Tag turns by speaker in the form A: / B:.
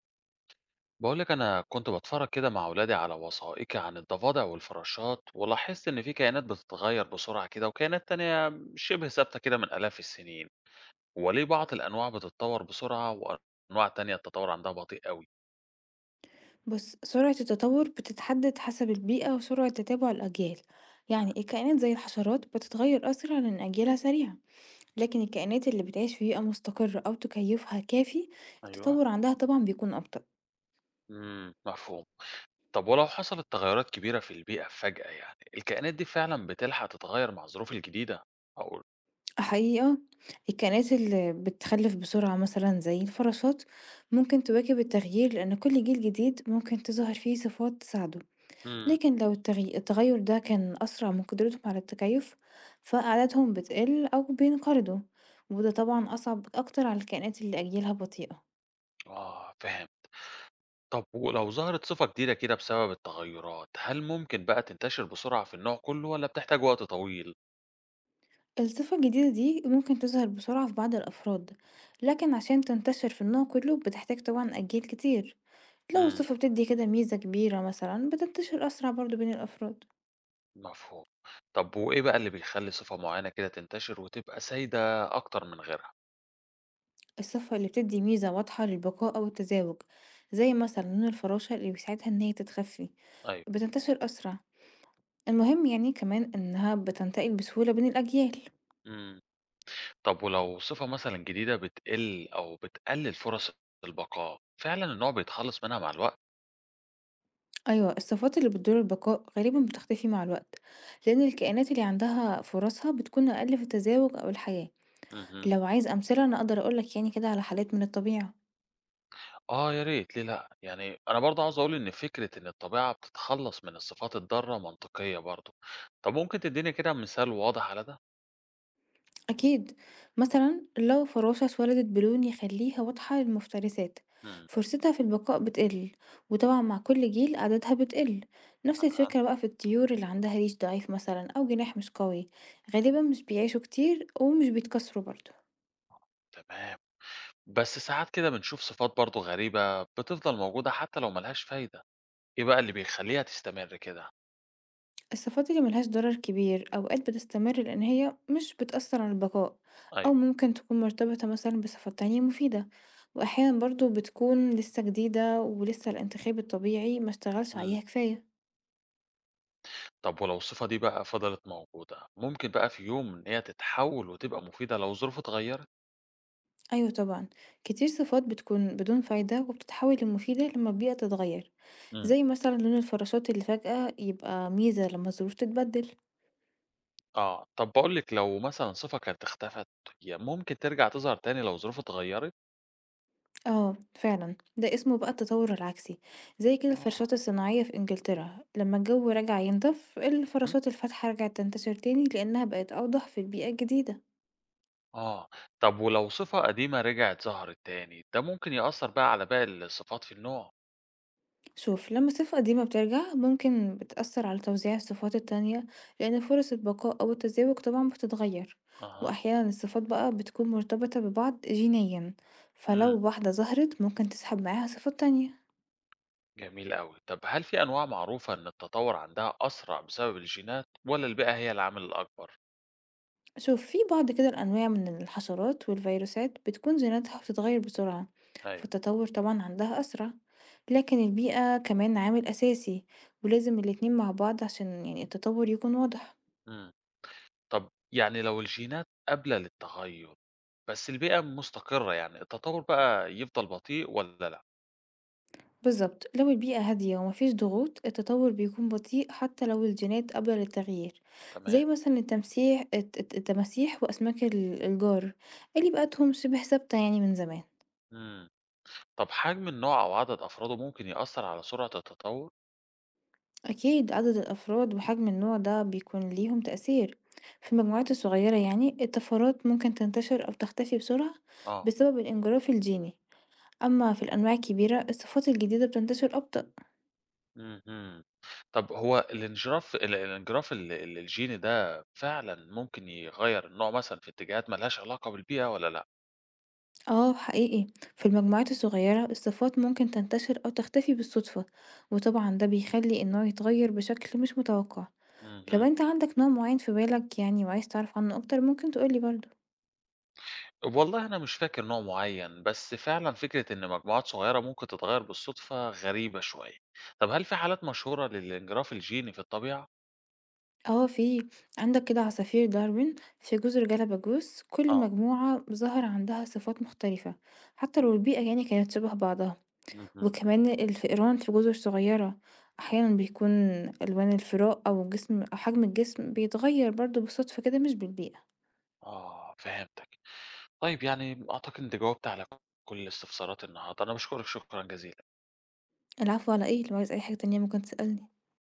A: بقولك، أنا كنت بتفرج كده مع أولادي على وثائقي عن الضفادع والفراشات، ولاحظت إن في كائنات بتتغير بسرعة كده وكائنات تانية شبه ثابتة كده من آلاف السنين. وليه بعض الأنواع بتتطور بسرعة وأنواع تانية التطور عندها بطيء قوي؟
B: بُص، سرعة التطور بتتحدد حسب البيئة وسرعة تتابع الأجيال، يعني
A: مم.
B: الكائنات زي الحشرات بتتغير أسرع لأن أجيالها سريعة، لكن الكائنات اللي بتعيش في بيئة مستقرة أو تكيفها كافي
A: أيوه.
B: التطور عندها طبعا بيكون أبطأ.
A: مفهوم. طب ولو حصلت تغيرات كبيرة في البيئة فجأة، يعني الكائنات دي فعلا بتلحق تتغير مع الظروف الجديدة؟ أقول.
B: حقيقي آه، الكائنات اللي بتخلف بسرعة مثلا زي الفراشات ممكن تواكب التغيير لأن كل جيل جديد ممكن تظهر فيه صفات تساعده.
A: امم
B: لكن لو التغير ده كان أسرع من قدرتهم على التكيف فأعدادهم بتقل أو بينقرضوا، وده طبعا أصعب أكتر على الكائنات اللي أجيالها بطيئة.
A: آه، فاهم. طب ولو ظهرت صفة جديدة كده بسبب التغيرات، هل ممكن بقى تنتشر بسرعة في النوع كله ولا بتحتاج وقت طويل؟
B: الصفة الجديدة دي ممكن تظهر بسرعة في بعض الأفراد، لكن عشان تنتشر في النوع كله بتحتاج طبعا أجيال كتير. لو
A: امم
B: الصفة بتدي كده ميزة كبيرة مثلا بتنتشر أسرع برضو بين الأفراد.
A: مفهوم. طب وإيه بقى اللي بيخلي صفة معينة كده تنتشر وتبقى سايدة أكتر من غيرها؟
B: الصفة اللي بتدي ميزة واضحة للبقاء أو التزاوج، زي مثلا لون الفراشة اللي بيساعدها إن هي تتخفي،
A: أيوه.
B: بتنتشر أسرع. المهم يعني كمان إنها بتنتقل بسهولة بين الأجيال.
A: امم طب ولو صفة مثلا جديدة بتقل أو بتقلل فرص البقاء، فعلا النوع بيتخلص منها مع الوقت؟
B: أيوة، الصفات اللي بتدور البقاء غالبا بتختفي مع الوقت لأن الكائنات اللي عندها فرصها بتكون أقل في التزاوج أو الحياة.
A: امم
B: لو عايز أمثلة أنا أقدر أقولك يعني كده على حالات من الطبيعة.
A: آه، يا ريت. ليه لأ؟ يعني أنا برضه عاوز أقول إن فكرة إن الطبيعة بتتخلص من الصفات الضارة منطقية برضه. طب ممكن تديني كده مثال واضح على ده؟
B: أكيد، مثلا لو فراشة اتولدت بلون يخليها واضحة للمفترسات
A: إمم.
B: فرصتها في البقاء بتقل، وطبعا مع كل جيل عددها بتقل. نفس
A: أها.
B: الفكرة بقى في الطيور اللي عندها ريش ضعيف مثلا أو جناح مش قوي، غالبا مش بيعيشوا كتير ومش بيتكسروا برضه.
A: تمام. بس ساعات كده بنشوف صفات برضه غريبة بتفضل موجودة حتى لو ما لهاش فايدة، إيه بقى اللي بيخلّيها تستمر كده؟
B: الصفات اللي ملهاش ضرر كبير أوقات بتستمر لأن هي مش بتأثر على البقاء، أو
A: أيوه.
B: ممكن تكون مرتبطة مثلا بصفات تانية مفيدة، وأحيانا برضه بتكون لسه جديدة ولسه الانتخاب الطبيعي مشتغلش
A: إمم.
B: عليها كفاية.
A: طب ولو الصفة دي بقى فضلت موجودة، ممكن بقى في يوم إن هي تتحول وتبقى مفيدة لو الظروف اتغيّرت؟
B: أيوة طبعا، كتير صفات بتكون بدون فايدة وبتتحول لمفيدة لما البيئة تتغير،
A: إمم.
B: زي مثلا لون الفراشات اللي فجأة يبقى ميزة لما الظروف تتبدل.
A: آه. طب باقول لِك، لو مثلًا صفة كانت اختفت، هي ممكن ترجع تظهر تاني لو الظروف اتغيّرت؟
B: اه فعلا ده اسمه بقى التطور العكسي، زي كده
A: آه.
B: الفراشات الصناعية في انجلترا لما الجو رجع ينضف
A: اهم.
B: الفراشات الفاتحة رجعت تنتشر تاني لأنها بقت أوضح في البيئة الجديدة.
A: آه. طب ولو صفة قديمة رجعت ظهرت تاني، ده ممكن يأثّر بقى على باقي الصفات في النوع؟
B: شوف، لما صفة قديمة بترجع ممكن بتأثر على توزيع الصفات التانية لأن فرص البقاء أو التزاوج طبعا بتتغير.
A: أها.
B: وأحيانا الصفات بقى بتكون مرتبطة ببعض جينيا،
A: إمم.
B: فلو واحدة ظهرت ممكن تسحب معاها صفات تانية.
A: جميل أوي. طب هل في أنواع معروفة إن التطور عندها أسرع بسبب الجينات ولا البيئة هي العامل الأكبر؟
B: شوف في بعض كده الأنواع من الحشرات والفيروسات بتكون جيناتها بتتغير بسرعة،
A: أيوه.
B: فالتطور طبعا عندها أسرع، لكن البيئة كمان عامل أساسي، ولازم الاتنين مع بعض عشان يعني التطور يكون واضح.
A: إمم. طب يعني لو الجينات قابلة للتغير بس البيئة مستقرة، يعني التطور بقى يفضل بطيء ولا لأ؟
B: بالظبط، لو البيئة هادية ومفيش ضغوط التطور بيكون بطيء حتى لو الجينات قابلة للتغيير.
A: تمام.
B: زي مثلا التماسيح وأسماك الجار، اللي بيئتهم شبه ثابتة يعني من زمان.
A: إمم. طب حجم النوع أو عدد أفراده ممكن يأثر على سرعة التطور؟
B: أكيد، عدد الأفراد وحجم النوع ده بيكون ليهم تأثير. في المجموعات الصغيرة يعني الطفرات ممكن تنتشر أو تختفي بسرعة
A: آه.
B: بسبب الانجراف الجيني، أما في الأنواع الكبيرة الصفات الجديدة بتنتشر أبطأ.
A: اهم. طب هو الانجراف ال الانجراف ال ال الجيني ده فعلًا ممكن يغير النوع مثلًا في اتجاهات ما لهاش علاقة بالبيئة والّا لأ؟
B: اه حقيقي، في المجموعات الصغيرة الصفات ممكن تنتشر أو تختفي بالصدفة، وطبعا ده بيخلي النوع يتغير بشكل مش متوقع. لو
A: اهم.
B: انت عندك نوع معين في بالك يعني وعايز تعرف عنه أكتر ممكن تقولي برضه.
A: والله أنا مش فاكر نوع معيّن، بس فعلًا فكرة إن مجموعات صغيّرة ممكن تتغيّر بالصدفة غريبة شوية. طب هل في حالات مشهورة للانجراف الجيني في الطبيعة؟
B: اه في، عندك كده عصافير داروين في جزر جالاباجوس كل
A: آه.
B: مجموعة ظهر عندها صفات مختلفة حتى لو البيئة يعني كانت شبه بعضها.
A: اهم.
B: وكمان الفئران في جزر صغيرة أحيانا بيكون ألوان الفراء أو الجسم أو حجم الجسم بيتغير برضه بالصدفة كده مش بالبيئة.
A: آه، فهمتك. طيب، يعني أعتقد أنت جاوبت على كل استفساراتي النهارده. أنا باشكرك شكرًا جزيلًا.
B: العفو على إيه؟ لو عايز أي حاجة تانية ممكن تسألني.